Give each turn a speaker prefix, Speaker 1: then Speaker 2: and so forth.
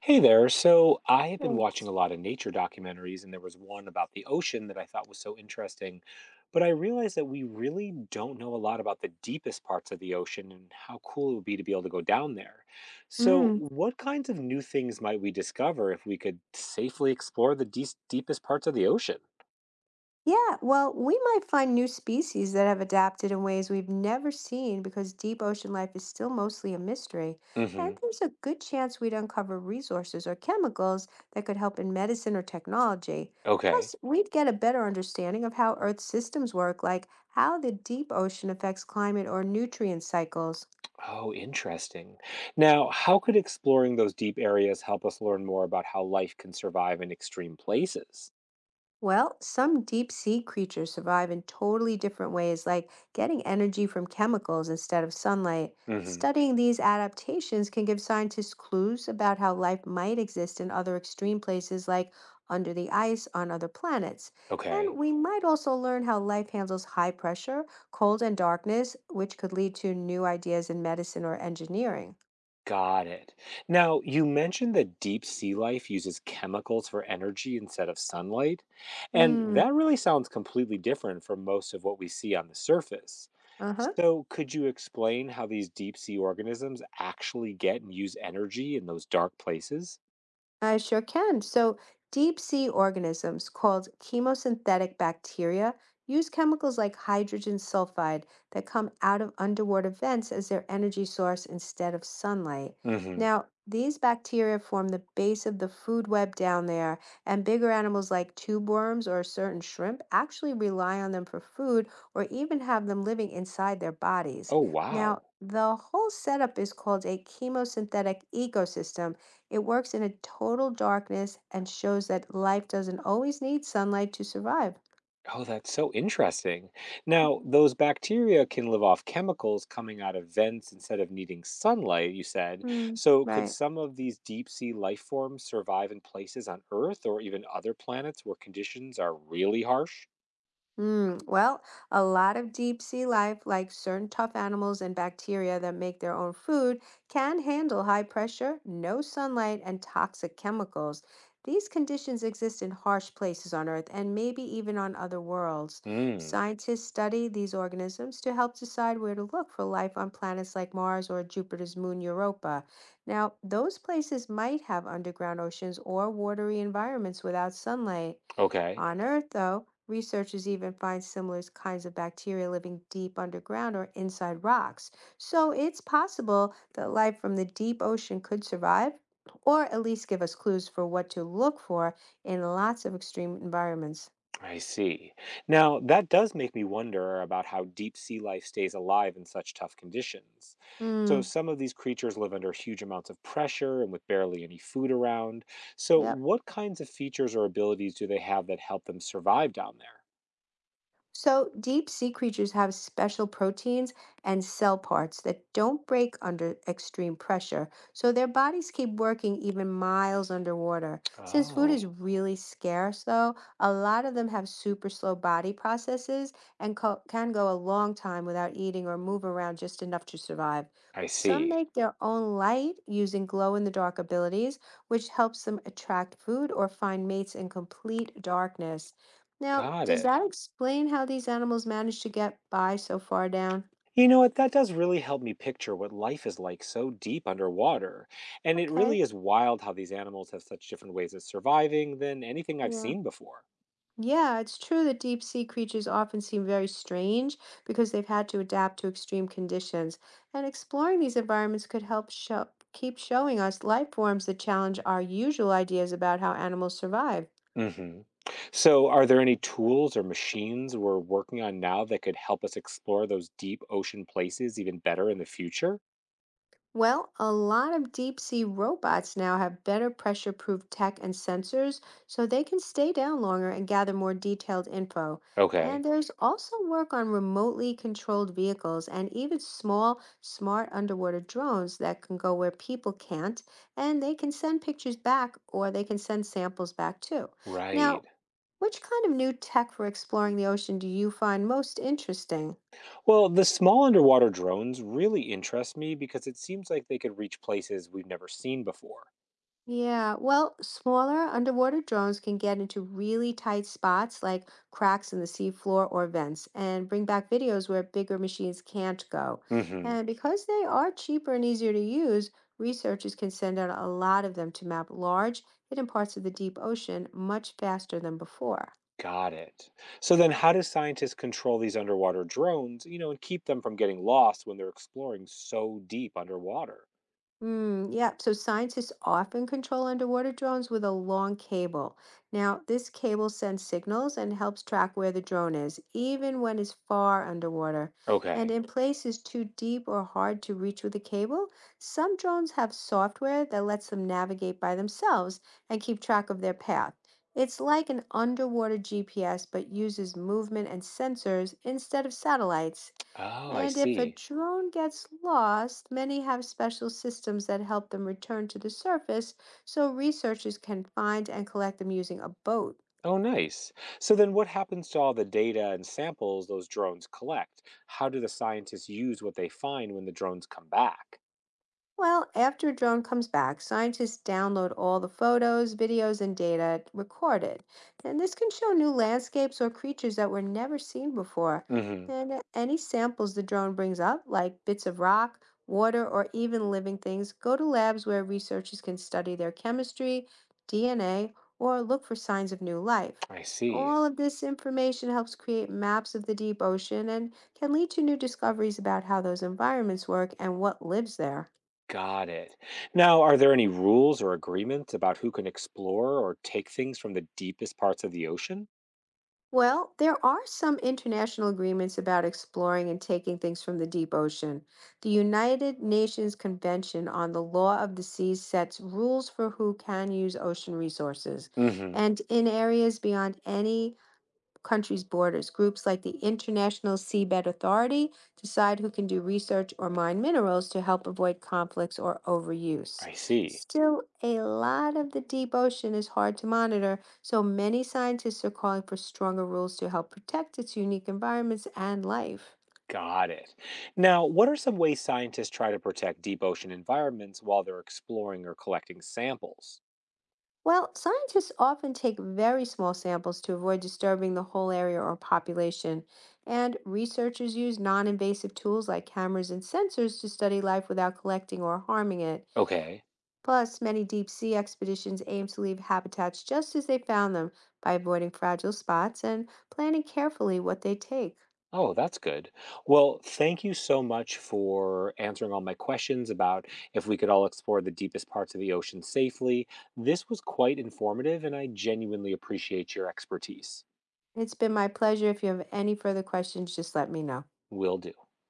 Speaker 1: Hey there. So I have been watching
Speaker 2: Nice.
Speaker 1: a lot of nature documentaries, and there was one about the ocean that I thought was so interesting. But I realized that we really don't know a lot about the deepest parts of the ocean and how cool it would be to be able to go down there. So,
Speaker 2: Mm.
Speaker 1: what kinds of new things might we discover if we could safely explore the deepest parts of the ocean?
Speaker 2: Yeah, well, we might find new species that have adapted in ways we've never seen because deep ocean life is still mostly a mystery.
Speaker 1: Hmm.
Speaker 2: And there's a good chance we'd uncover resources or chemicals that could help in medicine or technology.
Speaker 1: Okay.
Speaker 2: Plus, we'd get a better understanding of how Earth's systems work, like how the deep ocean affects climate or nutrient cycles.
Speaker 1: Oh, interesting. Now, how could exploring those deep areas help us learn more about how life can survive in extreme places?
Speaker 2: Well, some deep sea creatures survive in totally different ways, like getting energy from chemicals instead of sunlight.
Speaker 1: Hmm.
Speaker 2: Studying these adaptations can give scientists clues about how life might exist in other extreme places, like under the ice on other planets.
Speaker 1: Okay.
Speaker 2: And we might also learn how life handles high pressure, cold, and darkness, which could lead to new ideas in medicine or engineering.
Speaker 1: Got it. Now, you mentioned that deep sea life uses chemicals for energy instead of sunlight, and
Speaker 2: Hmm.
Speaker 1: that really sounds completely different from most of what we see on the surface.
Speaker 2: Uh huh.
Speaker 1: So, could you explain how these deep sea organisms actually get and use energy in those dark places?
Speaker 2: I sure can. So, deep sea organisms called chemosynthetic bacteria use chemicals like hydrogen sulfide that come out of underwater vents as their energy source instead of sunlight.
Speaker 1: Hmm.
Speaker 2: Now, these bacteria form the base of the food web down there, and bigger animals like tube worms or certain shrimp actually rely on them for food or even have them living inside their bodies.
Speaker 1: Oh,
Speaker 2: Now,
Speaker 1: wow.
Speaker 2: the whole setup is called a chemosynthetic ecosystem. It works in a total darkness and shows that life doesn't always need sunlight to survive.
Speaker 1: Oh, that's so interesting. Now,
Speaker 2: Mm.
Speaker 1: those bacteria can live off chemicals coming out of vents instead of needing sunlight, you said.
Speaker 2: Mm,
Speaker 1: So, could
Speaker 2: right.
Speaker 1: some of these deep sea life forms survive in places on Earth or even other planets where conditions are really harsh?
Speaker 2: Mm, well, a lot of deep sea life, like certain tough animals and bacteria that make their own food, can handle high pressure, no sunlight, and toxic chemicals. These conditions exist in harsh places on Earth and maybe even on other worlds.
Speaker 1: Hmm.
Speaker 2: Scientists study these organisms to help decide where to look for life on planets like Mars or Jupiter's moon Europa. Now, those places might have underground oceans or watery environments without sunlight.
Speaker 1: Okay.
Speaker 2: On Earth, though, researchers even find similar kinds of bacteria living deep underground or inside rocks. So it's possible that life from the deep ocean could survive, or at least give us clues for what to look for in lots of extreme environments.
Speaker 1: I see. Now, that does make me wonder about how deep sea life stays alive in such tough conditions. So,
Speaker 2: Hmm,
Speaker 1: some of these creatures live under huge amounts of pressure and with barely any food around. So,
Speaker 2: yep.
Speaker 1: what kinds of features or abilities do they have that help them survive down there?
Speaker 2: So, deep sea creatures have special proteins and cell parts that don't break under extreme pressure, so their bodies keep working even miles underwater. Since food is
Speaker 1: Oh,
Speaker 2: really scarce, though, a lot of them have super slow body processes and can go a long time without eating or move around just enough to survive.
Speaker 1: I
Speaker 2: Some
Speaker 1: see.
Speaker 2: make their own light using glow in the dark abilities, which helps them attract food or find mates in complete darkness. Now,
Speaker 1: Got
Speaker 2: does
Speaker 1: it.
Speaker 2: that explain how these animals manage to get by so far down?
Speaker 1: You know what? That does really help me picture what life is like so deep underwater. And it really
Speaker 2: Okay.
Speaker 1: is wild how these animals have such different ways of surviving than anything I've
Speaker 2: Yeah.
Speaker 1: seen before.
Speaker 2: Yeah, it's true that deep sea creatures often seem very strange because they've had to adapt to extreme conditions. And exploring these environments could help show keep showing us life forms that challenge our usual ideas about how animals survive.
Speaker 1: Mhm. So, are there any tools or machines we're working on now that could help us explore those deep ocean places even better in the future?
Speaker 2: Well, a lot of deep sea robots now have better pressure proof tech and sensors, so they can stay down longer and gather more detailed info. And
Speaker 1: Okay.
Speaker 2: there's also work on remotely controlled vehicles and even small, smart underwater drones that can go where people can't, and they can send pictures back or they can send samples back too.
Speaker 1: Right.
Speaker 2: Now, which kind of new tech for exploring the ocean do you find most interesting?
Speaker 1: Well, the small underwater drones really interest me because it seems like they could reach places we've never seen before.
Speaker 2: Yeah, well, smaller underwater drones can get into really tight spots like cracks in the seafloor or vents and bring back videos where bigger machines can't go.
Speaker 1: Hmm.
Speaker 2: And because they are cheaper and easier to use, researchers can send out a lot of them to map large, hidden parts of the deep ocean much faster than before.
Speaker 1: Got it. So then how do scientists control these underwater drones and keep them from getting lost when they're exploring so deep underwater?
Speaker 2: Mm, yeah, so scientists often control underwater drones with a long cable. Now, this cable sends signals and helps track where the drone is, even when it's far underwater. And
Speaker 1: Okay.
Speaker 2: in places too deep or hard to reach with a cable, some drones have software that lets them navigate by themselves and keep track of their path. It's like an underwater GPS, but uses movement and sensors instead of satellites.
Speaker 1: Oh, I
Speaker 2: And if a
Speaker 1: see.
Speaker 2: drone gets lost, many have special systems that help them return to the surface so researchers can find and collect them using a boat.
Speaker 1: Oh, nice. So then what happens to all the data and samples those drones collect? How do the scientists use what they find when the drones come back?
Speaker 2: Well, after a drone comes back, scientists download all the photos, videos, and data recorded. And this can show new landscapes or creatures that were never seen before.
Speaker 1: Hmm.
Speaker 2: And any samples the drone brings up, like bits of rock, water, or even living things, go to labs where researchers can study their chemistry, DNA, or look for signs of new life.
Speaker 1: I see.
Speaker 2: All of this information helps create maps of the deep ocean and can lead to new discoveries about how those environments work and what lives there.
Speaker 1: Got it. Now, are there any rules or agreements about who can explore or take things from the deepest parts of the ocean?
Speaker 2: Well, there are some international agreements about exploring and taking things from the deep ocean. The United Nations Convention on the Law of the Sea sets rules for who can use ocean resources.
Speaker 1: Hmm.
Speaker 2: And in areas beyond any country's borders, groups like the International Seabed Authority decide who can do research or mine minerals to help avoid conflicts or overuse.
Speaker 1: I see.
Speaker 2: Still, a lot of the deep ocean is hard to monitor, so many scientists are calling for stronger rules to help protect its unique environments and life.
Speaker 1: Got it. Now, what are some ways scientists try to protect deep ocean environments while they're exploring or collecting samples?
Speaker 2: Well, scientists often take very small samples to avoid disturbing the whole area or population, and researchers use non-invasive tools like cameras and sensors to study life without collecting or harming it.
Speaker 1: Okay.
Speaker 2: Plus, many deep sea expeditions aim to leave habitats just as they found them by avoiding fragile spots and planning carefully what they take.
Speaker 1: Oh, that's good. Well, thank you so much for answering all my questions about if we could all explore the deepest parts of the ocean safely. This was quite informative, and I genuinely appreciate your expertise.
Speaker 2: It's been my pleasure. If you have any further questions, just let me know.
Speaker 1: Will do.